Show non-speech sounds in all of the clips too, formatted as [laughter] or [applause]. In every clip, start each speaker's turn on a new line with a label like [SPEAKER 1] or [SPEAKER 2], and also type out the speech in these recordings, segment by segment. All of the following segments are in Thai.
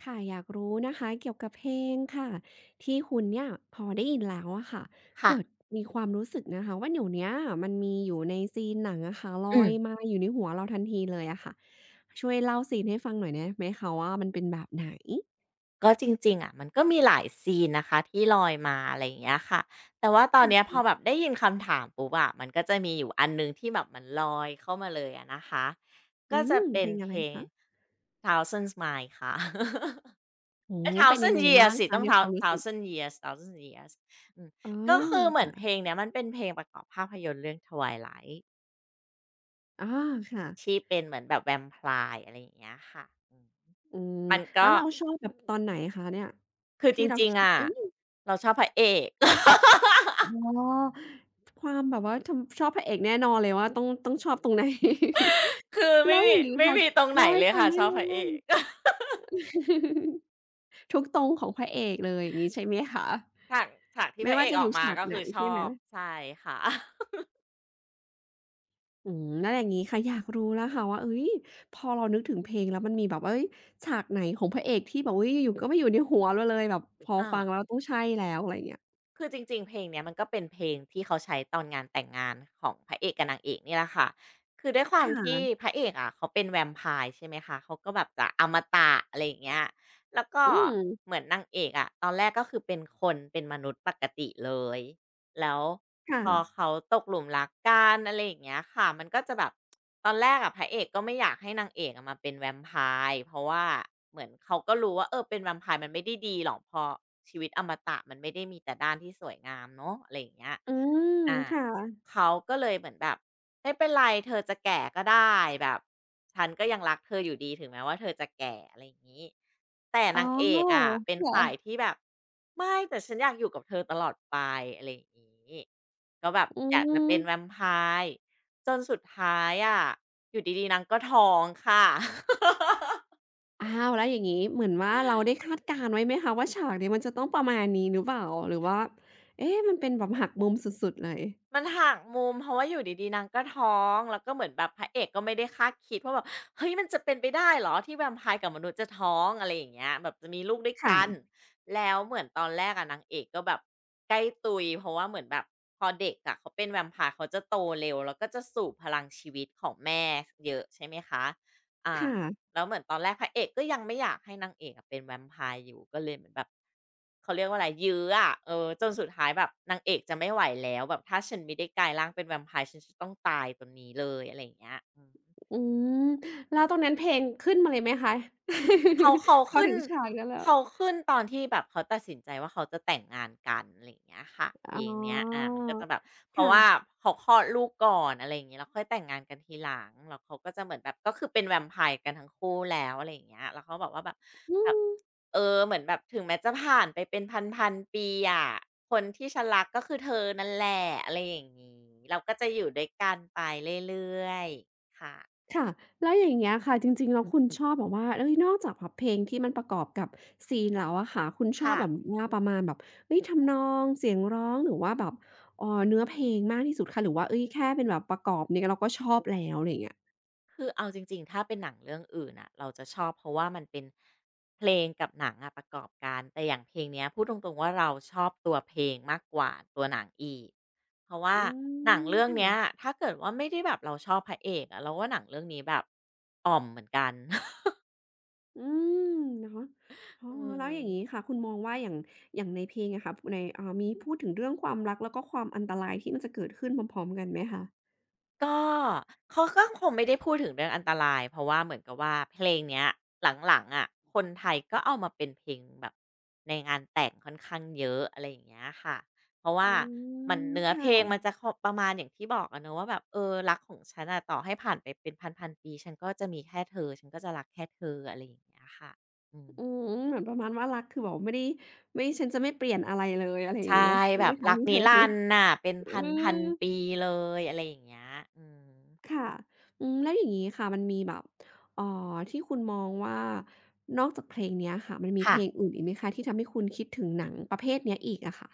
[SPEAKER 1] ค่ะอยากรู้นะคะเกี่ยวกับเพลงค่ะที่คุณเนี่ยพอได้ยินแล้วอะค่ะ
[SPEAKER 2] ค่ะ
[SPEAKER 1] เกิดมีความรู้สึกนะคะว่าเดี๋ยวเนี้ยมันมีอยู่ในซีนหนังอะค่ะลอ
[SPEAKER 2] อื
[SPEAKER 1] ย
[SPEAKER 2] ม
[SPEAKER 1] มาอยู่ในหัวเราทันทีเลยอะค่ะช่วยเล่าซีนให้ฟังหน่อยได้ไหมคะว่ามันเป็นแบบไหน
[SPEAKER 2] ก็จริงๆอะมันก็มีหลายซีนนะคะที่ลอยมาอะไรอย่างเงี้ยค่ะแต่ว่าตอนเนี้ยพอแบบได้ยินคำถามปุ๊บอะมันก็จะมีอยู่อันหนึ่งที่แบบมันลอยเข้ามาเลยอะนะคะ
[SPEAKER 1] อื
[SPEAKER 2] ก็จะ
[SPEAKER 1] ม
[SPEAKER 2] เป็
[SPEAKER 1] เพ
[SPEAKER 2] น
[SPEAKER 1] ลงอะ
[SPEAKER 2] เพ
[SPEAKER 1] ไร
[SPEAKER 2] ลง
[SPEAKER 1] คะ
[SPEAKER 2] Thousand Miles ค่ะ
[SPEAKER 1] โอ้
[SPEAKER 2] [laughs] เอ๊ย
[SPEAKER 1] เป็นยัง
[SPEAKER 2] Thousand
[SPEAKER 1] ไงบ้า
[SPEAKER 2] Years
[SPEAKER 1] ง
[SPEAKER 2] สิ
[SPEAKER 1] คะ
[SPEAKER 2] ต้อง
[SPEAKER 1] ในค วามรู้สึก
[SPEAKER 2] Thousand Years Thousand Years อืม
[SPEAKER 1] อ๋อ
[SPEAKER 2] ก็คือเหมือนเพล
[SPEAKER 1] ค่ะ
[SPEAKER 2] งเนี้ยมันเป็นเพลงประกอบภาพยนตร์เรื่อง Twilight
[SPEAKER 1] อ๋อค่ะ
[SPEAKER 2] ที่เป็นเหมือนแบบแวมไพร์อะไรอย่างเงี้ยค่ะอืม
[SPEAKER 1] อืม
[SPEAKER 2] มัน
[SPEAKER 1] แล้
[SPEAKER 2] ก็
[SPEAKER 1] วเราชอบแบบตอนไหนคะเนี่ย
[SPEAKER 2] คือจ
[SPEAKER 1] ที่เรา
[SPEAKER 2] ริง
[SPEAKER 1] คิ
[SPEAKER 2] ๆ
[SPEAKER 1] ด
[SPEAKER 2] อะ
[SPEAKER 1] ว่าเอ้ย
[SPEAKER 2] เราชอบพระเอก [laughs]
[SPEAKER 1] อ๋อความแบบว่าทำชอบพระเอกแน่นอนเลยว่าต้องชอบตรงไหน
[SPEAKER 2] คือ
[SPEAKER 1] [laughs] แล้
[SPEAKER 2] ไม่
[SPEAKER 1] วอ
[SPEAKER 2] มี
[SPEAKER 1] ย่างงี้
[SPEAKER 2] ไม่
[SPEAKER 1] ค่ะ
[SPEAKER 2] มีตรงไหน
[SPEAKER 1] เล่าให้
[SPEAKER 2] เลย
[SPEAKER 1] ฟัง
[SPEAKER 2] ค่ะ
[SPEAKER 1] ได้
[SPEAKER 2] ชอบ
[SPEAKER 1] เล
[SPEAKER 2] พระเอ
[SPEAKER 1] ย
[SPEAKER 2] ก [laughs]
[SPEAKER 1] [laughs] ทุกตรงของพระเอกเลยอย่างงี้ใช่ไหมคะ
[SPEAKER 2] ฉากฉากที่พ
[SPEAKER 1] ไม่
[SPEAKER 2] ระเอ
[SPEAKER 1] ว่า
[SPEAKER 2] ก
[SPEAKER 1] จะ
[SPEAKER 2] อ
[SPEAKER 1] อ
[SPEAKER 2] อก
[SPEAKER 1] ยู่
[SPEAKER 2] มา
[SPEAKER 1] ฉาก
[SPEAKER 2] ก็
[SPEAKER 1] ไหน
[SPEAKER 2] คือช
[SPEAKER 1] ใช่
[SPEAKER 2] อ
[SPEAKER 1] ไหม
[SPEAKER 2] บใช่ค่ะ [laughs]
[SPEAKER 1] อืมแล้วอย่างงี้ค่ะ อยากรู้แล้วค่ะว่าเฮ้ยพอเรานึกถึงเพลงแล้วมันมีแบบเฮ้ยฉากไหนของพระเอกที่แบบอุ๊ยอยู่ๆก็มาอยู่ในหัวเราเลยแบบพอ
[SPEAKER 2] อา
[SPEAKER 1] ฟังแล้วต้องใช่แล้วอะไรอย่างเงี้ย
[SPEAKER 2] คือจริงๆเพลงเนี้ยมันก็เป็นเพลงที่เขาใช้ตอนงานแต่งงานของพระเอกกับนางเอกนี่แหละค่ะคือด้วยความ
[SPEAKER 1] ค่
[SPEAKER 2] ที่พ
[SPEAKER 1] ะ
[SPEAKER 2] ระเอกอะเขาเป็นแวมไพร์ใช่ไหมคะเขาก็แบบจะอมตะอะไรอย่างเงี้ยแล้วก็
[SPEAKER 1] อืม
[SPEAKER 2] เหมือนนางเอกอะตอนแรกก็คือเป็นคนเป็นมนุษย์ปกติเลย แล้วพอ
[SPEAKER 1] ค่ะ
[SPEAKER 2] เขาตกหลุมรักกันอะไรอย่างเงี้ยค่ะมันก็จะแบบตอนแรกอะพระเอกก็ไม่อยากให้นางเอกอะมาเป็นแวมไพร์เพราะว่าเหมือนเขาก็รู้ว่าเออเป็นแวมไพร์มันไม่ได้ดีหรอกเพอชีวิตอมตะมันไม่ได้มีแต่ด้านที่สวยงามเนาะอะไรอย่างเงี้ย
[SPEAKER 1] อืม
[SPEAKER 2] อ่า
[SPEAKER 1] ค่ะ
[SPEAKER 2] เขาก็เลยเหมือนแบบไม่เป็นไรเธอจะแก่ก็ได้แบบฉันก็ยังรักเธออยู่ดีถึงแม้ว่าเธอจะแก่อะไรอย่างนี้แต่
[SPEAKER 1] อ๋
[SPEAKER 2] นางเอ
[SPEAKER 1] อ
[SPEAKER 2] กอะเป็น
[SPEAKER 1] ค
[SPEAKER 2] ฝ่าย
[SPEAKER 1] ่ะ
[SPEAKER 2] ที่แบบไม่แต่ฉันอยากอยู่กับเธอตลอดไปอะไรอย่างนี้ก็แบบ
[SPEAKER 1] อื
[SPEAKER 2] อยากจะเป็นแว
[SPEAKER 1] ม
[SPEAKER 2] มไพร์จนสุดท้ายอะอยู่ดีๆนางก็ท้องค่ะ [laughs]
[SPEAKER 1] อ้าวแล้วอย่างงี้เหมือนว่าเราได้คาดการณ์ไว้ไหมคะว่าฉากนี้มันจะต้องประมาณนี้หรือเปล่าหรือว่าเอ๊ะมันเป็นแบบหักมุมสุดๆเลย
[SPEAKER 2] มันหักมุมเพราะว่าอยู่ดีๆนางก็ท้องแล้วก็เหมือนแบบพระเอกก็ไม่ได้คาดคิดว่าแบบเฮ้ยมันจะเป็นไปได้เหรอที่แวมไพร์กับมนุษย์จะท้องอะไรอย่างเงี้ยแบบจะมีลูกด้วยกัน
[SPEAKER 1] ค่ะ
[SPEAKER 2] แล้วเหมือนตอนแรกอะนางเอกก็แบบใกล้ตุยเพราะว่าเหมือนแบบพอเด็กอะเขาเป็นแวมไพร์เขาจะโตเร็วแล้วก็จะสูบพลังชีวิตของแม่สเยอะใช่ไหมคะอา
[SPEAKER 1] ค่ะ
[SPEAKER 2] แล้วเหมือนตอนแรกพระเอกก็ยังไม่อยากให้นางเอกอะเป็นแวมไพร์อยู่ก็เลยเหมือนแบบเขาเรียกว่าอะไรยื้ออะเออจนสุดท้ายแบบนางเอกจะไม่ไหวแล้วแบบถ้าฉันไม่ได้กลายร่างเป็นแวมไพร์ฉันจะต้องตายตรงนี้เลยอะไรอย่างเงี้ยอืม
[SPEAKER 1] อืมแล้วตรงนั้นเพลงขึ้นมาเลยไหมคะ
[SPEAKER 2] เขา
[SPEAKER 1] [laughs] พอ
[SPEAKER 2] ขึ้
[SPEAKER 1] ถึ
[SPEAKER 2] น
[SPEAKER 1] งฉากนั้นแล้ว
[SPEAKER 2] เขาขึ้นตอนที่แบบเขาตัดสินใจว่าเขาจะแต่งงานกันอะไรอย่างเงี้ยค่ะเพล
[SPEAKER 1] อ๋
[SPEAKER 2] งเนี้ยอา
[SPEAKER 1] อ
[SPEAKER 2] มันก็จะแบบเพราะ
[SPEAKER 1] ค่ะ
[SPEAKER 2] ว่าเขาคลอดลูกก่อนอะไรอย่างงี้แล้วค่อยแต่งงานกันทีหลังแล้วเขาก็จะเหมือนแบบก็คือเป็นแวมไพร์กันทั้งคู่แล้วอะไรอย่างเงี้ยแล้วเขาบอกว่าแบบ
[SPEAKER 1] อื
[SPEAKER 2] แบบ
[SPEAKER 1] ม
[SPEAKER 2] เออเหมือนแบบถึงแม้จะผ่านไปเป็นพันๆปีอะคนที่ฉันรักก็คือเธอนั่นแหละอะไรอย่างงี้เราก็จะอยู่ด้วยกันไปเรื่อยๆค่ะ
[SPEAKER 1] ค่ะแล้วอย่างเงี้ยค่ะจริงๆแล้วคุณชอบแบบว่าเฮ้ยนอกจากแบบเพลงที่มันประกอบกับซีนแล้วอะค่ะคุณชอบ
[SPEAKER 2] ค่ะ
[SPEAKER 1] แบบว่าประมาณแบบเฮ้ยทำนองเสียงร้องหรือว่าแบบเนื้อเพลงมากที่สุดคะหรือว่าเฮ้ยแค่เป็นแบบประกอบเนี่ยเราก็ชอบแล้วอะไรอย่างเงี้ย
[SPEAKER 2] คือเอาจริงๆถ้าเป็นหนังเรื่องอื่นน่ะเราจะชอบเพราะว่ามันเป็นเพลงกับหนังอะประกอบกันแต่อย่างเพลงเนี้ยพูดตรงๆว่าเราชอบตัวเพลงมากกว่าตัวหนังอีกเพราะว่า
[SPEAKER 1] อื
[SPEAKER 2] หนัง
[SPEAKER 1] ม
[SPEAKER 2] เรื่องเนี้ย
[SPEAKER 1] ค่ะ
[SPEAKER 2] ถ้าเกิดว่าไม่ได้แบบเราชอบพระเอกอะเราว่าหนังเรื่องนี้แบบอ่อมเหมือนกัน [laughs]
[SPEAKER 1] อืมเนาะอ๋อ
[SPEAKER 2] อื
[SPEAKER 1] แล้วอย่างงี้
[SPEAKER 2] ม
[SPEAKER 1] ค่ะคุณมองว่าอย่างในเพลงอะค่ะในอ่ามีพูดถึงเรื่องความรักแล้วก็ความอันตรายที่มันจะเกิดขึ้นพร้อมๆกันไหมคะ
[SPEAKER 2] ก็เขาก็คงไม่ได้พูดถึงเรื่องอันตรายเพราะว่าเหมือนกับว่าเพลงเนี้ยหลังๆอ่ะคนไทยก็เอามาเป็นเพลงแบบในงานแต่งค่อนข้างเยอะอะไรอย่างเงี้ยค่ะเพราะว่า
[SPEAKER 1] อื
[SPEAKER 2] มัน
[SPEAKER 1] ม
[SPEAKER 2] เนื้อ
[SPEAKER 1] ค
[SPEAKER 2] เพลงมัน
[SPEAKER 1] ่ะ
[SPEAKER 2] จะเข้าประมาณอย่างที่บอกอะเนอะว่าแบบเออรักของฉันอะต่อให้ผ่านไปเป็นพันๆปีฉันก็จะมีแค่เธอฉันก็จะรักแค่เธออะไรอย่างเงี้ยค่ะอืม
[SPEAKER 1] อืมเหมือนประมาณว่ารักคือแบบไม่ได้ไม่ฉันจะไม่เปลี่ยนอะไรเลยอะไรอย่าง
[SPEAKER 2] ใช่
[SPEAKER 1] งี้เนาะใช่
[SPEAKER 2] แบ
[SPEAKER 1] ไหม
[SPEAKER 2] บ
[SPEAKER 1] คะ
[SPEAKER 2] รัก
[SPEAKER 1] มีเธ
[SPEAKER 2] นิ
[SPEAKER 1] อเธ
[SPEAKER 2] รั
[SPEAKER 1] อ
[SPEAKER 2] นดร์น่ะเป็น
[SPEAKER 1] อืม
[SPEAKER 2] พันๆปีเลยอะไรอย่างเงี้ยอืม
[SPEAKER 1] ค่ะอืมแล้วอย่างงี้ค่ะมันมีแบบเอ่อที่คุณมองว่านอกจากเพลงเนี้ยค่ะมันมีเพ
[SPEAKER 2] ค่ะ
[SPEAKER 1] ลงอื่นอีกไหมคะที่ทำให้คุณคิดถึงหนังประเภทเนี้ยอีกอะค่ะ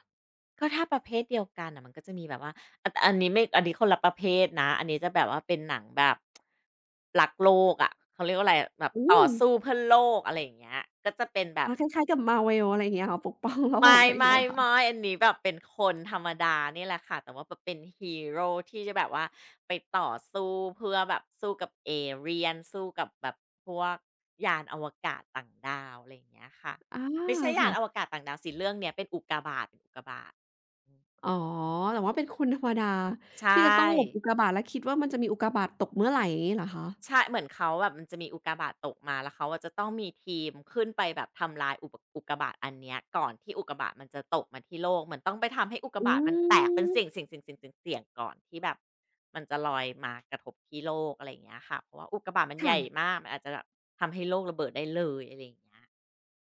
[SPEAKER 2] ก็ถ้าประเภทเดียวกันน่ะมันก็จะมีแบบว่าอันนี้ไม่อันนี้คนละประเภทนะอันนี้จะแบบว่าเป็นหนังแบบรักโลกอะเขาเรียกว่าอะไรอะแบบ
[SPEAKER 1] อื
[SPEAKER 2] ต่อ
[SPEAKER 1] ม
[SPEAKER 2] สู้เพื่อโลกอะไรอย่างเงี้ยก็จะเป็นแบบ
[SPEAKER 1] อาคล้ายๆกับ Marvel อะไรอย่างเงี้ยเหรอปกป้องโล
[SPEAKER 2] ไม
[SPEAKER 1] กอะไรอย่างเงี้
[SPEAKER 2] ่
[SPEAKER 1] ยเหรอคะ
[SPEAKER 2] ๆๆอันนี้แบบเป็นคนธรรมดานี่แหละค่ะแต่ว่าแบบเป็นฮีโรที่จะแบบว่าไปต่อสู้เพื่อแบบสู้กับเอเลี่ยนสู้กับแบบพวกยานอวกาศต่างดาวอะไรอย่างเงี้ยค่ะ
[SPEAKER 1] อา
[SPEAKER 2] ไม่ใช่ยานอว
[SPEAKER 1] ค่ะ
[SPEAKER 2] กาศต่างดาวสิเรื่องเนี้ยเป็นอุกกาบาตเป็นอุกกาบาตอืม
[SPEAKER 1] อ๋อแต่ว่าเป็นคนธรรมดา
[SPEAKER 2] ใช่
[SPEAKER 1] ที่จะต้องหลบอุกกาบาตและคิดว่ามันจะมีอุกกาบาตตกเมื่อไหร่อย่างงี้เหรอคะ
[SPEAKER 2] ใช่เหมือนเขาแบบมันจะมีอุกกาบาตตกมาแล้วเขาอะจะต้องมีทีมขึ้นไปแบบทำลายอุกกาบาตอันเนี้ยก่อนที่อุกกาบาตมันจะตกมาที่โลกเหมือนต้องไปทำให้อุกกา
[SPEAKER 1] อื
[SPEAKER 2] บาตมันแตกเป็นเสี
[SPEAKER 1] ม
[SPEAKER 2] ่ยงๆๆๆๆก่อนที่แบบมันจะลอยมากระทบที่โลกอะไรอย่างเงี้ยค่ะเพราะว่าอุกกาบาตมันใหญ่
[SPEAKER 1] ค่ะ
[SPEAKER 2] มากมันอาจจะแบบทำให้โลกระเบิดได้เลยอะไรอย่างเงี้ย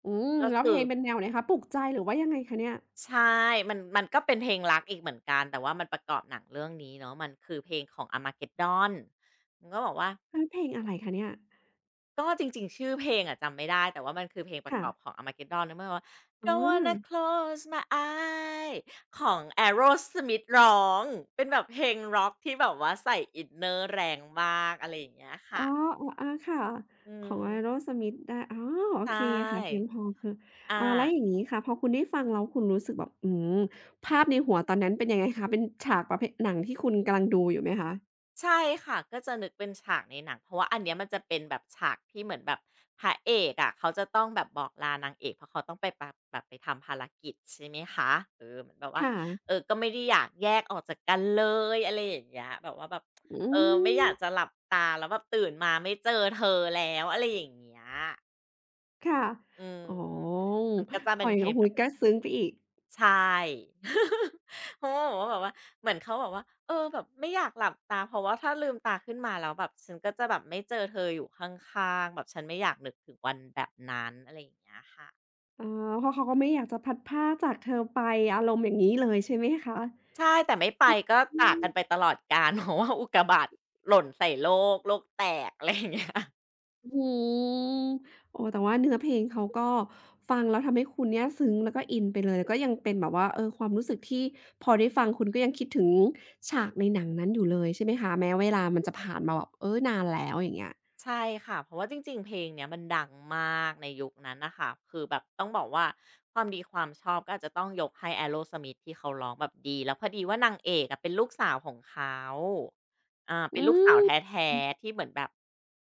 [SPEAKER 1] อืม
[SPEAKER 2] ก็
[SPEAKER 1] แล้วเพ
[SPEAKER 2] คื
[SPEAKER 1] ล
[SPEAKER 2] อ
[SPEAKER 1] งเป็นแนวไหนคะปลุกใจหรือว่ายังไงคะเนี่ย
[SPEAKER 2] ใช่มันก็เป็นเพลงรักอีกเหมือนกันแต่ว่ามันประกอบหนังเรื่องนี้เนาะมันคือเพลงของ Armageddon มันก็บอกว่า
[SPEAKER 1] เฮ้ยเพลงอะไรคะเนี่ย
[SPEAKER 2] ก็จริงๆชื่อเพลงอะจำไม่ได้แต่ว่ามันคือเพลงประ
[SPEAKER 1] ค่ะ
[SPEAKER 2] กอบของ Armageddon นล้วมันบอกว่า
[SPEAKER 1] อ๋อ
[SPEAKER 2] Don't wanna close my eye ของ Aerosmith ร้องเป็นแบบเพลงร็อกที่แบบว่าใส่อินเนอร์แรงมากอะไรอย่างเงี้ย
[SPEAKER 1] อ๋อ
[SPEAKER 2] ค่ะ
[SPEAKER 1] อาๆค่ะ
[SPEAKER 2] อื
[SPEAKER 1] ของ
[SPEAKER 2] ม
[SPEAKER 1] Aerosmith ได้อ๋อโอ
[SPEAKER 2] ใช
[SPEAKER 1] เคค่ะเพียง
[SPEAKER 2] ่
[SPEAKER 1] พอคือ
[SPEAKER 2] อา
[SPEAKER 1] อ่าแล้วอย่างงี้ค่ะพอคุณได้ฟังแล้วคุณรู้สึกแบบอืมภาพในหัวตอนนั้นเป็นยังไงคะเป็นฉากประเภทหนังที่คุณกำลังดูอยู่ไหมคะ
[SPEAKER 2] ใช่ค่ะก็จะนึกเป็นฉากในหนังเพราะว่าอันเนี้ยมันจะเป็นแบบฉากที่เหมือนแบบพระเอกอะะเขาจะต้องแบบบอกลานางเอกเพราะเขาต้องไปปะแบบไปทำภารกิจใช่ไหมคะเออเหมือนแบบว่า
[SPEAKER 1] ค่ะ
[SPEAKER 2] เออก็ไม่ได้อยากแยกออกจากกันเลยอะไรอย่างเงี้ยแบบว่าแบบ
[SPEAKER 1] อื
[SPEAKER 2] เออไม่อยากจะ
[SPEAKER 1] ม
[SPEAKER 2] หลับตาแล้วแบบตื่นมาไม่เจอเธอแล้วอะไรอย่างเงี้ย
[SPEAKER 1] ค่ะ
[SPEAKER 2] อืม
[SPEAKER 1] อ๋อ
[SPEAKER 2] มันก็จะ
[SPEAKER 1] พ
[SPEAKER 2] เป็
[SPEAKER 1] อ
[SPEAKER 2] น
[SPEAKER 1] อย่า
[SPEAKER 2] เพ
[SPEAKER 1] ง
[SPEAKER 2] ล
[SPEAKER 1] งั้น
[SPEAKER 2] ง
[SPEAKER 1] โอ้โฮก็ซึ้งไปอีก
[SPEAKER 2] ใช่ [laughs] เพราะว่าแบบว่าเหมือนเขาบอกว่าเออแบบไม่อยากหลับตาเพราะว่าถ้าลืมตาขึ้นมาแล้วแบบฉันก็จะแบบไม่เจอเธออยู่ข้างๆแบบฉันไม่อยากนึกถึงวันแบบนั้นอะไรอย่างเงี้ยค่ะ
[SPEAKER 1] เออเพราะเขาก็ไม่อยากจะพลัดพรากจากเธอไปอารมณ์อย่างงี้เลยใช่ไหมคะ
[SPEAKER 2] ใช่แต่ไม่ไปก็
[SPEAKER 1] อื
[SPEAKER 2] ตาก
[SPEAKER 1] ม
[SPEAKER 2] กันไปตลอดกาล [laughs] เพราะว่าอุกกาบาตหล่นใส่โลกแตกอะไรอย่างเงี้ย
[SPEAKER 1] อื้อฮือโอ้แต่ว่าเนื้อเพลงเขาก็ฟังแล้วทำให้คุณเนี่ยซึ้งแล้วก็อินไปเลยแล้วก็ยังเป็นแบบว่าเออความรู้สึกที่พอได้ฟังคุณก็ยังคิดถึงฉากในหนังนั้นอยู่เลยใช่ไหมคะแม้เวลามันจะผ่านมาแบบเออนานแล้วอย่างเงี้ย
[SPEAKER 2] ใช่ค่ะเพราะว่าจริงๆเพลงเนี้ยมันดังมากในยุคนั้นนะคะคือแบบต้องบอกว่าความดีความชอบก็อาจจะต้องยกให้ a e r o สมิ t ที่เขาร้องแบบดีแล้วพอดีว่านางเอกอะเป็นลูกสาวของเขาอา
[SPEAKER 1] อื
[SPEAKER 2] เป็นลูกสาว
[SPEAKER 1] ม
[SPEAKER 2] แท้
[SPEAKER 1] อ
[SPEAKER 2] ๆที่เหมือนแบบ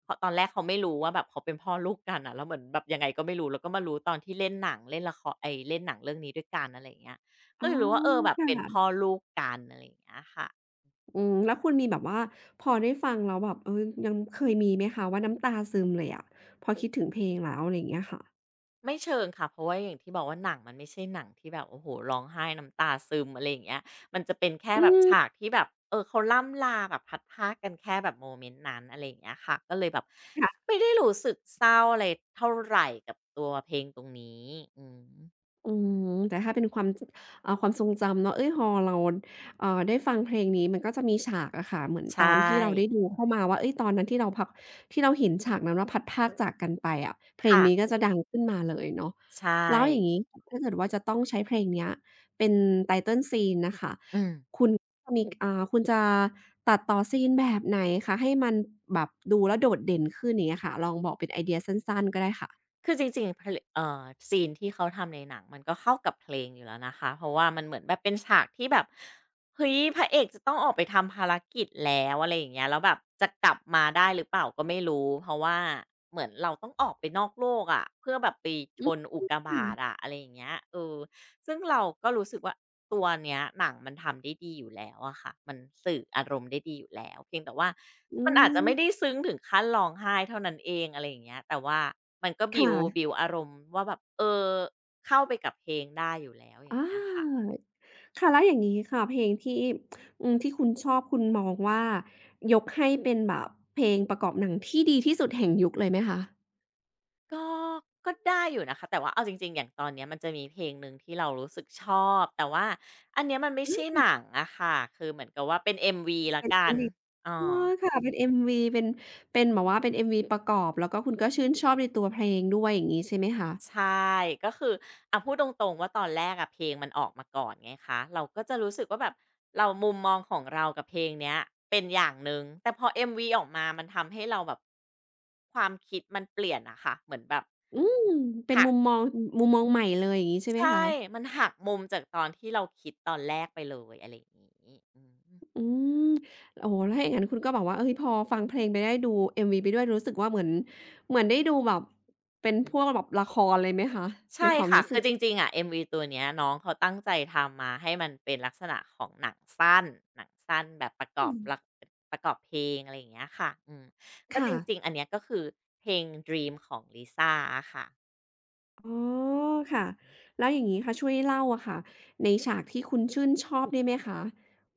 [SPEAKER 2] พตอนแรกเขาไม่รู้ว่าแบบเขาเป็นพ่อลูกกันอะแล้วเหมือนแบบยังไงก็ไม่รู้แล้วก็มารู้ตอนที่เล่นหนังเล่นละครไอ้เล่นหนังเรื่องนี้ด้วยกันอะไรอย่างเงี้ย
[SPEAKER 1] ๋
[SPEAKER 2] ก็
[SPEAKER 1] อ
[SPEAKER 2] เลยรู้ว่าเออแบบเป็นพ่อ
[SPEAKER 1] ค่ะ
[SPEAKER 2] ลูกกันอะไรอย่างเงี้ยค่ะ
[SPEAKER 1] อืมแล้วคุณมีแบบว่าพอได้ฟังแล้วแบบเออยังเคยมีไหมคะว่าน้ำตาซึมเลยอะพอคิดถึงเพลงแล้วอะไรอย่างเงี้ยค่ะ
[SPEAKER 2] ไม่เชิงค่ะเพราะว่าอย่างที่บอกว่าหนังมันไม่ใช่หนังที่แบบโอ้โฮร้องไห้น้ำตาซึมอะไรอย่างเงี้ยมันจะเป็นแค่
[SPEAKER 1] อื
[SPEAKER 2] แบบ
[SPEAKER 1] ม
[SPEAKER 2] ฉากที่แบบเออเขาล่ำลาแบบพลัดพรากกันแค่แบบโมเมนต์นั้นอะไรอย่างเงี้ยค่ะก็เลยแบบไม่ได้รู้สึกเศร้าอะไรเท่าไรกับตัวเพลงตรงนี้อืม
[SPEAKER 1] อืมแต่ถ้าเป็นความจความทรงจำเนาะเอ๊ยพอเราได้ฟังเพลงนี้มันก็จะมีฉากอะค่ะเหมือน
[SPEAKER 2] ใช
[SPEAKER 1] ตอนที่
[SPEAKER 2] ่
[SPEAKER 1] เราได้ดูเข้ามาว่าเอ๊ยตอนนั้นที่เราพักที่เราเห็นฉากนั้นว่าพลัดพรากจากกันไปอะเพลง
[SPEAKER 2] ค่ะ
[SPEAKER 1] นี้ก็จะดังขึ้นมาเลยเนาะ
[SPEAKER 2] ใช่
[SPEAKER 1] แล้วอย่างงี้ถ้าเกิดว่าจะต้องใช้เพลงเนี้ยเป็น Title Scene น่ะค่ะ
[SPEAKER 2] อืม
[SPEAKER 1] คุณจะมีคุณจะตัดต่อซีนแบบไหนคะให้มันแบบดูแล้วโดดเด่นขึ้นอย่างเงี้ยค่ะลองบอกเป็นไอเดียสั้นๆก็ได้ค่ะ
[SPEAKER 2] คือจริงๆเพลงซีนที่เขาทำในหนังมันก็เข้ากับเพลงอยู่แล้วนะคะ เพราะว่ามันเหมือนแบบเป็นฉากที่แบบเฮ้ยพระเอกจะต้องออกไปทำภารกิจแล้วอะไรอย่างเงี้ยแล้วแบบจะกลับมาได้หรือเปล่าก็ไม่รู้เพราะว่าเหมือนเราต้องออกไปนอกโลกอะะเพื่อแบบไปช
[SPEAKER 1] อืม
[SPEAKER 2] นอุกกาบาต
[SPEAKER 1] ค่ะ
[SPEAKER 2] อะะอะไรอย่างเงี้ยเออ ซึ่งเราก็รู้สึกว่าตัวเนี้ยหนังมันทำได้ดีอยู่แล้วอะค่ะมันสื่ออารมณ์ได้ดีอยู่แล้วเพียงแต่ว่า
[SPEAKER 1] อื
[SPEAKER 2] มันอาจจะ
[SPEAKER 1] ม
[SPEAKER 2] ไม่ได้ซึ้งถึงขั้นร้องไห้เท่านั้นเองอะไรอย่างเงี้ยแต่ว่ามันก็บิว
[SPEAKER 1] ค่ะ
[SPEAKER 2] บิวอารมณ์ว่าแบบเออเข้าไปกับเพลงได้อยู่แล้วอย่าง
[SPEAKER 1] อา
[SPEAKER 2] เงี้ยค่ะ
[SPEAKER 1] ค่ะแล้วอย่างงี้ค่ะเพลงที่อืมที่คุณชอบคุณมองว่ายกให้เป็นแบบเพลงประกอบหนังที่ดีที่สุดแห่งยุคเลยไหมคะ
[SPEAKER 2] ก็ก็ได้อยู่นะคะแต่ว่าเอาจริงๆอย่างตอนเนี้ยมันจะมีเพลงหนึ่งที่เรารู้สึกชอบแต่ว่าอันเนี้ยมัน
[SPEAKER 1] อา
[SPEAKER 2] ไม่ใช่
[SPEAKER 1] เพล
[SPEAKER 2] ห
[SPEAKER 1] ง
[SPEAKER 2] นังอะค่ะคือเหมือนกับว่าเป็นเอ็มวีละ
[SPEAKER 1] เป็น
[SPEAKER 2] กัน
[SPEAKER 1] MV
[SPEAKER 2] อ๋
[SPEAKER 1] อ๋อ
[SPEAKER 2] อ
[SPEAKER 1] ค่ะเป็น MV เป็นแบบว่าเป็น MV ประกอบแล้วก็คุณก็ชื่นชอบในตัวเพลงด้วยอย่างงี้ใช่ไหมคะ
[SPEAKER 2] ใช่ก็คืออะพูดตรงๆว่าตอนแรกอะเพลงมันออกมาก่อนไงคะเราก็จะรู้สึกว่าแบบเรามุมมองของเรากับเพลงเนี้ยเป็นอย่างหนึ่งแต่พอ MV ออกมามันทำให้เราแบบความคิดมันเปลี่ยนอะค่ะเหมือนแบบ
[SPEAKER 1] อืมเป็น
[SPEAKER 2] หัก
[SPEAKER 1] มุมมองใหม่เลยอย่างงี้ใช่ไหม
[SPEAKER 2] ใช่
[SPEAKER 1] คะ
[SPEAKER 2] มันหักมุมจากตอนที่เราคิดตอนแรกไปเลยอะไรอย่างงี้อืม
[SPEAKER 1] อืมโอ้โฮถ้าอย่างงั้นคุณก็แบบว่าเฮ้ยพอฟังเพลงไปได้ดู MV ไปด้วยรู้สึกว่าเหมือนได้ดูแบบเป็นพวกแบบละครเลยไหมคะใน
[SPEAKER 2] ใช่
[SPEAKER 1] ความ
[SPEAKER 2] ค่ะ
[SPEAKER 1] รู้สึ
[SPEAKER 2] คื
[SPEAKER 1] ก
[SPEAKER 2] อจริงๆอ่ะ MV ตัวเนี้ยน้องเขาตั้งใจทำมาให้มันเป็นลักษณะของหนังสั้นหนังสั้นแบบ
[SPEAKER 1] อืม
[SPEAKER 2] ประกอบเพลงอะไรอย่างเงี้ยค่ะอืมก็จ
[SPEAKER 1] ค่ะ
[SPEAKER 2] ริงๆอันเนี้ยก็คือเพลง "Dream" ของลิซ่าอะค่ะ
[SPEAKER 1] อ๋อค่ะแล้วอย่างงี้ค่ะช่วยเล่าอะค่ะในฉากที่คุณชื่นชอบได้ไหมคะ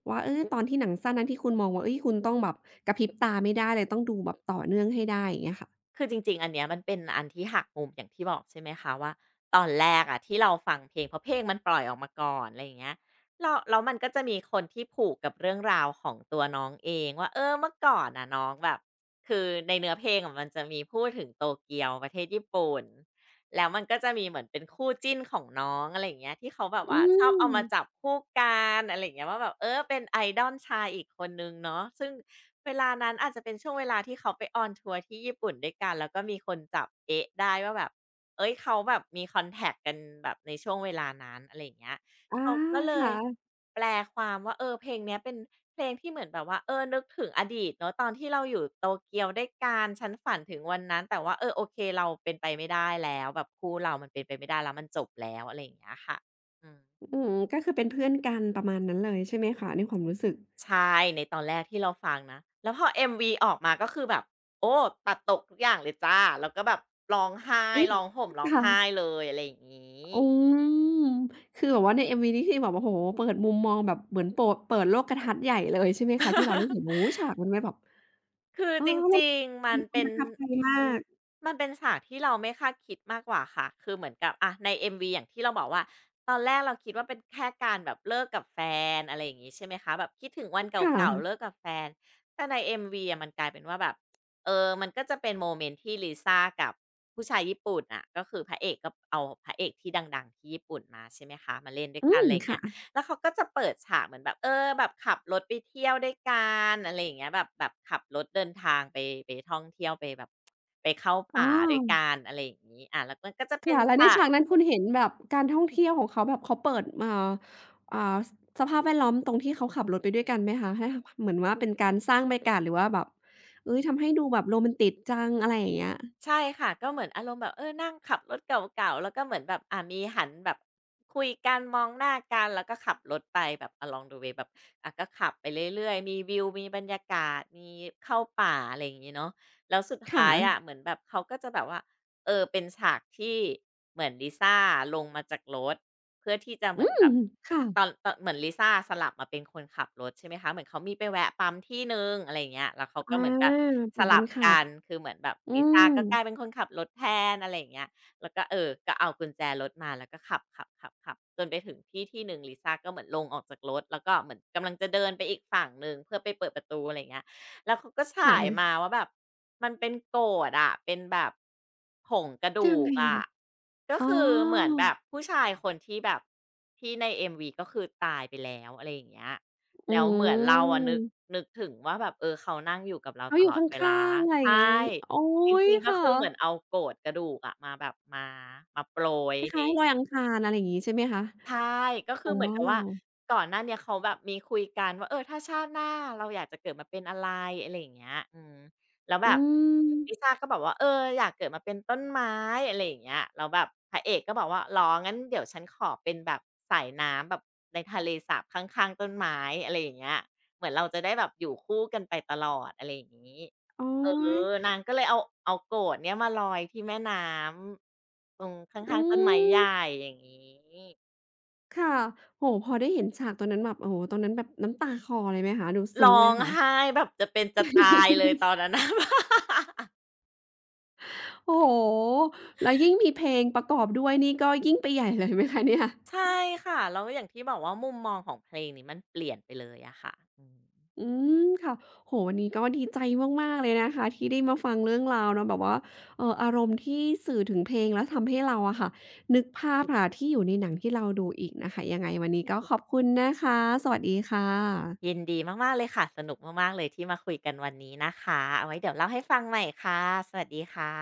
[SPEAKER 1] ว่าเออตอนที่หนังสั้นนั้นที่คุณมองว่าเฮ้ยคุณต้องแบบกระพริบตาไม่ได้เลยต้องดูแบบต่อเนื่องให้ได้อย่างเงี้ยค่ะ
[SPEAKER 2] คือจริงๆอันเนี้ยมันเป็นอันที่หักมุมอย่างที่บอกใช่ไหมคะว่าตอนแรกอะที่เราฟังเพลงเพราะเพลงมันปล่อยออกมาก่อนอะไรอย่างเงี้ยแล้วมันก็จะมีคนที่ผูกกับเรื่องราวของตัวน้องเองว่าเออเมื่อก่อนน่ะน้องแบบคือในเนื้อเพลงอะมันจะมีพูดถึงโตเกียวประเทศญี่ปุ่นแล้วมันก็จะมีเหมือนเป็นคู่จิ้นของน้องอะไรอย่างเงี้ยที่เขาแบบ
[SPEAKER 1] อื
[SPEAKER 2] ว่าชอบเอามาจับ
[SPEAKER 1] ม
[SPEAKER 2] คู่กันอะไรอย่างเงี้ยว่าแบบเออเป็นไอดอลชายอีกคนหนึ่งเนาะซึ่ง เวลานั้นอาจจะเป็นช่วงเวลาที่เขาไปออนทัวร์ที่ญี่ปุ่นด้วยกันแล้วก็มีคนจับเอ๊ะได้ว่าแบบเอ้ยเขาแบบมีคอนแท็กกันแบบในช่วงเวลานั้นอะไรอย่างเงี้ย
[SPEAKER 1] อา
[SPEAKER 2] เขาก็เลย
[SPEAKER 1] ค่ะ
[SPEAKER 2] แปลความว่าเออเพลงเนี้ยเป็นเพลงที่เหมือนแบบว่าเออนึกถึงอดีตเนาะตอนที่เราอยู่โตเกียวด้วยกันฉันฝันถึงวันนั้นแต่ว่าเออโอเคเราเป็นไปไม่ได้แล้วแบบคู่เรามันเป็นไปไม่ได้แล้วมันจบแล้วอะไรอย่างเงี้ยค่ะอืม
[SPEAKER 1] อืมก็คือเป็นเพื่อนกันประมาณนั้นเลยใช่ไหมคะในความรู้สึก
[SPEAKER 2] ใช่ในตอนแรกที่เราฟังนะแล้วพอ MV ออกมาก็คือแบบโอ้ตัดตกทุกอย่างเลยจ้ะแล้วก็แบบร้องไห้
[SPEAKER 1] เอ๊ะ
[SPEAKER 2] ร้องห่มร้อง
[SPEAKER 1] ค่ะ
[SPEAKER 2] ไห้เลยอะไรอย่างงี้
[SPEAKER 1] อืมคือแบบว่าใน MV นี่คือแบบโอ้โฮเปิดมุมมองแบบเหมือนโปดเปิดโลกทัศน์ใหญ่เลยใช่ไหมคะที่เราได้เห็นโอ้โฮ
[SPEAKER 2] [laughs]
[SPEAKER 1] ฉากมันไม่แบบ
[SPEAKER 2] คือ
[SPEAKER 1] เออ
[SPEAKER 2] จ
[SPEAKER 1] มัน
[SPEAKER 2] ริงๆมัน
[SPEAKER 1] มีความ
[SPEAKER 2] เป็
[SPEAKER 1] ป
[SPEAKER 2] น
[SPEAKER 1] ระทับใจมาก
[SPEAKER 2] มันเป็นฉากที่เราไม่คาดคิดมากกว่าค่ะ คือเหมือนกับอะใน MV อมวีอย่างที่เราบอกว่าตอนแรกเราคิดว่าเป็นแค่การแบบเลิกกับแฟนอะไรอย่างงี้ใช่ไหมคะแบบคิดถึงวันเ
[SPEAKER 1] ค
[SPEAKER 2] ก่าๆเลิ
[SPEAKER 1] ่ะ
[SPEAKER 2] กกับแฟนแต่ใน MV อมวีอะมันกลายเป็นว่าแบบเออมันก็จะเป็นโมเมนต์ที่ Lisa กับผู้ชายญี่ปุ่นอะก็คือพระเอกก็เอาพระเอกที่ดังๆที่ญี่ปุ่นมาใช่ไหมคะมาเล่นด้วย
[SPEAKER 1] อื
[SPEAKER 2] กัน
[SPEAKER 1] ม
[SPEAKER 2] อะไรอย่างเงี้
[SPEAKER 1] ค่ะ
[SPEAKER 2] ย แล้วเขาก็จะเปิดฉากเหมือนแบบเออแบบขับรถไปเที่ยวด้วยกันอะไรอย่างเงี้ยแบบขับรถเดินทางไปท่องเที่ยวไปแบบไปเข้า
[SPEAKER 1] อ๋
[SPEAKER 2] ป่าด้วย
[SPEAKER 1] อ
[SPEAKER 2] กันอะไรอย่างงี้อาแล้วมันก็จะเป็น
[SPEAKER 1] ค่ะแล้วใน
[SPEAKER 2] ฉาก
[SPEAKER 1] ฉากนั้นคุณเห็นแบบการท่องเที่ยวของเขาแบบเขาเปิดอ่าสสภาพแวดล้อมตรงที่เขาขับรถไปด้วยกันไหมคะให้ขเหมือนว่าเป็นการสร้างบรรยากาศหรือว่าแบบเฮ้ยทำให้ดูแบบโรแมนติกจังอะไรอย่างเงี้ย
[SPEAKER 2] ใช่ค่ะก็เหมือนอารมณ์แบบเออนั่งขับรถเก่าๆแล้วก็เหมือนแบบมีหันแบบคุยกันมองหน้ากันแล้วก็ขับรถไปแบบ along the way แบบอ่ะก็ขับไปเรื่อยๆมีวิวมีบรรยากาศมีเข้าป่าอะไรอย่างงี้เนาะแล้วสุด
[SPEAKER 1] ค
[SPEAKER 2] ท้ายอะ
[SPEAKER 1] ่ะ
[SPEAKER 2] เหมือนแบบเขาก็จะแบบว่าเออเป็นฉากที่เหมือนลิซ่าลงมาจากรถ เพื่อที่จะเห
[SPEAKER 1] อื
[SPEAKER 2] มือนแบ
[SPEAKER 1] ม
[SPEAKER 2] บ
[SPEAKER 1] ค่ะ
[SPEAKER 2] ตอนเหมือนลิซ่าสลับมาเป็นคนขับรถใช่ไหมคะเหมือนเขามีไปแวะปั๊มที่หนึ่งอะไรอย่างเงี้ยแล้วเขาก็
[SPEAKER 1] อา
[SPEAKER 2] เหมือนแบบ
[SPEAKER 1] เป
[SPEAKER 2] ส
[SPEAKER 1] ลี่ยนกั
[SPEAKER 2] ลั
[SPEAKER 1] น
[SPEAKER 2] บ
[SPEAKER 1] ขั
[SPEAKER 2] กั
[SPEAKER 1] บ
[SPEAKER 2] นคือเหมือนแบบ
[SPEAKER 1] อื
[SPEAKER 2] ลิซ่า
[SPEAKER 1] ม
[SPEAKER 2] ก็กลายเป็นคนขับรถแทนอะไรอย่างเงี้ยแล้วก็เออก็เอากุญแจรถมาแล้วก็ขับขับขับขับจนไปถึงที่ที่หนึ่งลิซ่าก็เหมือนลงออกจากรถแล้วก็เหมือนกำลังจะเดินไปอีกฝั่งหนึ่งเพื่อไปเปิดประตูอะไรอย่างเงี้ย แล้วเขาก็
[SPEAKER 1] ค
[SPEAKER 2] ฉายมา
[SPEAKER 1] ่ะ
[SPEAKER 2] ว่าแบบมันเป็นโกฏอะเป็นแบบผงกระ
[SPEAKER 1] ยั
[SPEAKER 2] ดู
[SPEAKER 1] งไง
[SPEAKER 2] ก
[SPEAKER 1] อะ
[SPEAKER 2] อะ
[SPEAKER 1] คะ
[SPEAKER 2] ก็
[SPEAKER 1] อ๋อ
[SPEAKER 2] คือเหมือนแบบผู้ชายคนที่แบบที่ใน MV ก็คือตายไปแล้วอะไรอย่างเงี้ย
[SPEAKER 1] อื
[SPEAKER 2] แล้วเหมือนเราอะนึก
[SPEAKER 1] ม
[SPEAKER 2] นึกถึงว่าแบบเออเขานั่งอยู่กับเรา
[SPEAKER 1] เขา
[SPEAKER 2] ต
[SPEAKER 1] อ
[SPEAKER 2] ล
[SPEAKER 1] ยู่
[SPEAKER 2] อ
[SPEAKER 1] ข
[SPEAKER 2] ดเวลา
[SPEAKER 1] ้างๆอะไรอ
[SPEAKER 2] ใช่
[SPEAKER 1] ย่างงี้โอ๊
[SPEAKER 2] จ
[SPEAKER 1] ย
[SPEAKER 2] ริงๆก็
[SPEAKER 1] ค่ะ
[SPEAKER 2] คือเหมือนเอาโกดกระดูกอะมาแบบมามาโปรย
[SPEAKER 1] ค
[SPEAKER 2] ใน
[SPEAKER 1] ล้ายๆลอยอังคารอะไรอย่างงี้ใช่ไหมคะ
[SPEAKER 2] ใช่ก็
[SPEAKER 1] ข
[SPEAKER 2] คือ
[SPEAKER 1] อง
[SPEAKER 2] เหมือน
[SPEAKER 1] บ้า
[SPEAKER 2] กั
[SPEAKER 1] น
[SPEAKER 2] บว่า
[SPEAKER 1] เรา
[SPEAKER 2] ก่อนหน้าเนี้ยเขาแบบมีคุยกันว่าเออถ้าชาติหน้าเราอยากจะเกิดมาเป็นอะไรอะไรอย่างเงี้ยอืมแล้วแบ
[SPEAKER 1] อื
[SPEAKER 2] บลิ
[SPEAKER 1] ม
[SPEAKER 2] ซ่าก็บอกว่าเอออยากเกิดมาเป็นต้นไม้อะไรอย่างเงี้ยแล้วแบบพระเอกก็บอกว่าเหรองั้นเดี๋ยวฉันขอเป็นแบบสายน้ำแบบในทะเลสาบข้างๆต้นไม้อะไรอย่างเงี้ยเหมือนเราจะได้แบบอยู่คู่กันไปตลอดอะไรอย่างงี้
[SPEAKER 1] โอ๊
[SPEAKER 2] เออ
[SPEAKER 1] ย
[SPEAKER 2] นางก็เลยเอาโกรธเนี้ยมาลอยที่แม่น้ำตรงข้า
[SPEAKER 1] อื
[SPEAKER 2] งๆต้นไม้ให
[SPEAKER 1] ม
[SPEAKER 2] ญ่อย่างงี้
[SPEAKER 1] ค่ะโอ้โฮพอได้เห็นฉากตอนนั้นแบบโอ้โฮตอนนั้นแบบน้ำตาคลอเลยไหมคะดูซึ้ง
[SPEAKER 2] ร้อ
[SPEAKER 1] ไหม
[SPEAKER 2] ง
[SPEAKER 1] คะ
[SPEAKER 2] ไห้แบบจะเป็นจะตายเลยตอนนั้นนะ [laughs]
[SPEAKER 1] โอ้โฮแล้วยิ่งมีเพลงประกอบด้วยนี่ก็ยิ่งไปใหญ่เลยไหมคะเนี่ย
[SPEAKER 2] ใช่ค่ะแล้วอย่างที่บอกว่ามุมมองของเพลงนี้มันเปลี่ยนไปเลยอะค่ะอืม
[SPEAKER 1] อืมค่ะโอ้โฮวันนี้ก็ดีใจมากๆเลยนะคะที่ได้มาฟังเรื่องราวเนาะแบบว่าเอ่ออารมณ์ที่สื่อถึงเพลงแล้วทำให้เราอะค่ะนึกภาพค่ะที่อยู่ในหนังที่เราดูอีกนะคะยังไงวันนี้ก็ขอบคุณนะคะสวัสดีค่ะ
[SPEAKER 2] ยินดีมากๆเลยค่ะสนุกมากๆเลยที่มาคุยกันวันนี้นะคะเอาไว้เดี๋ยวเล่าให้ฟังใหม่ค่ะสวัสดีค่ะ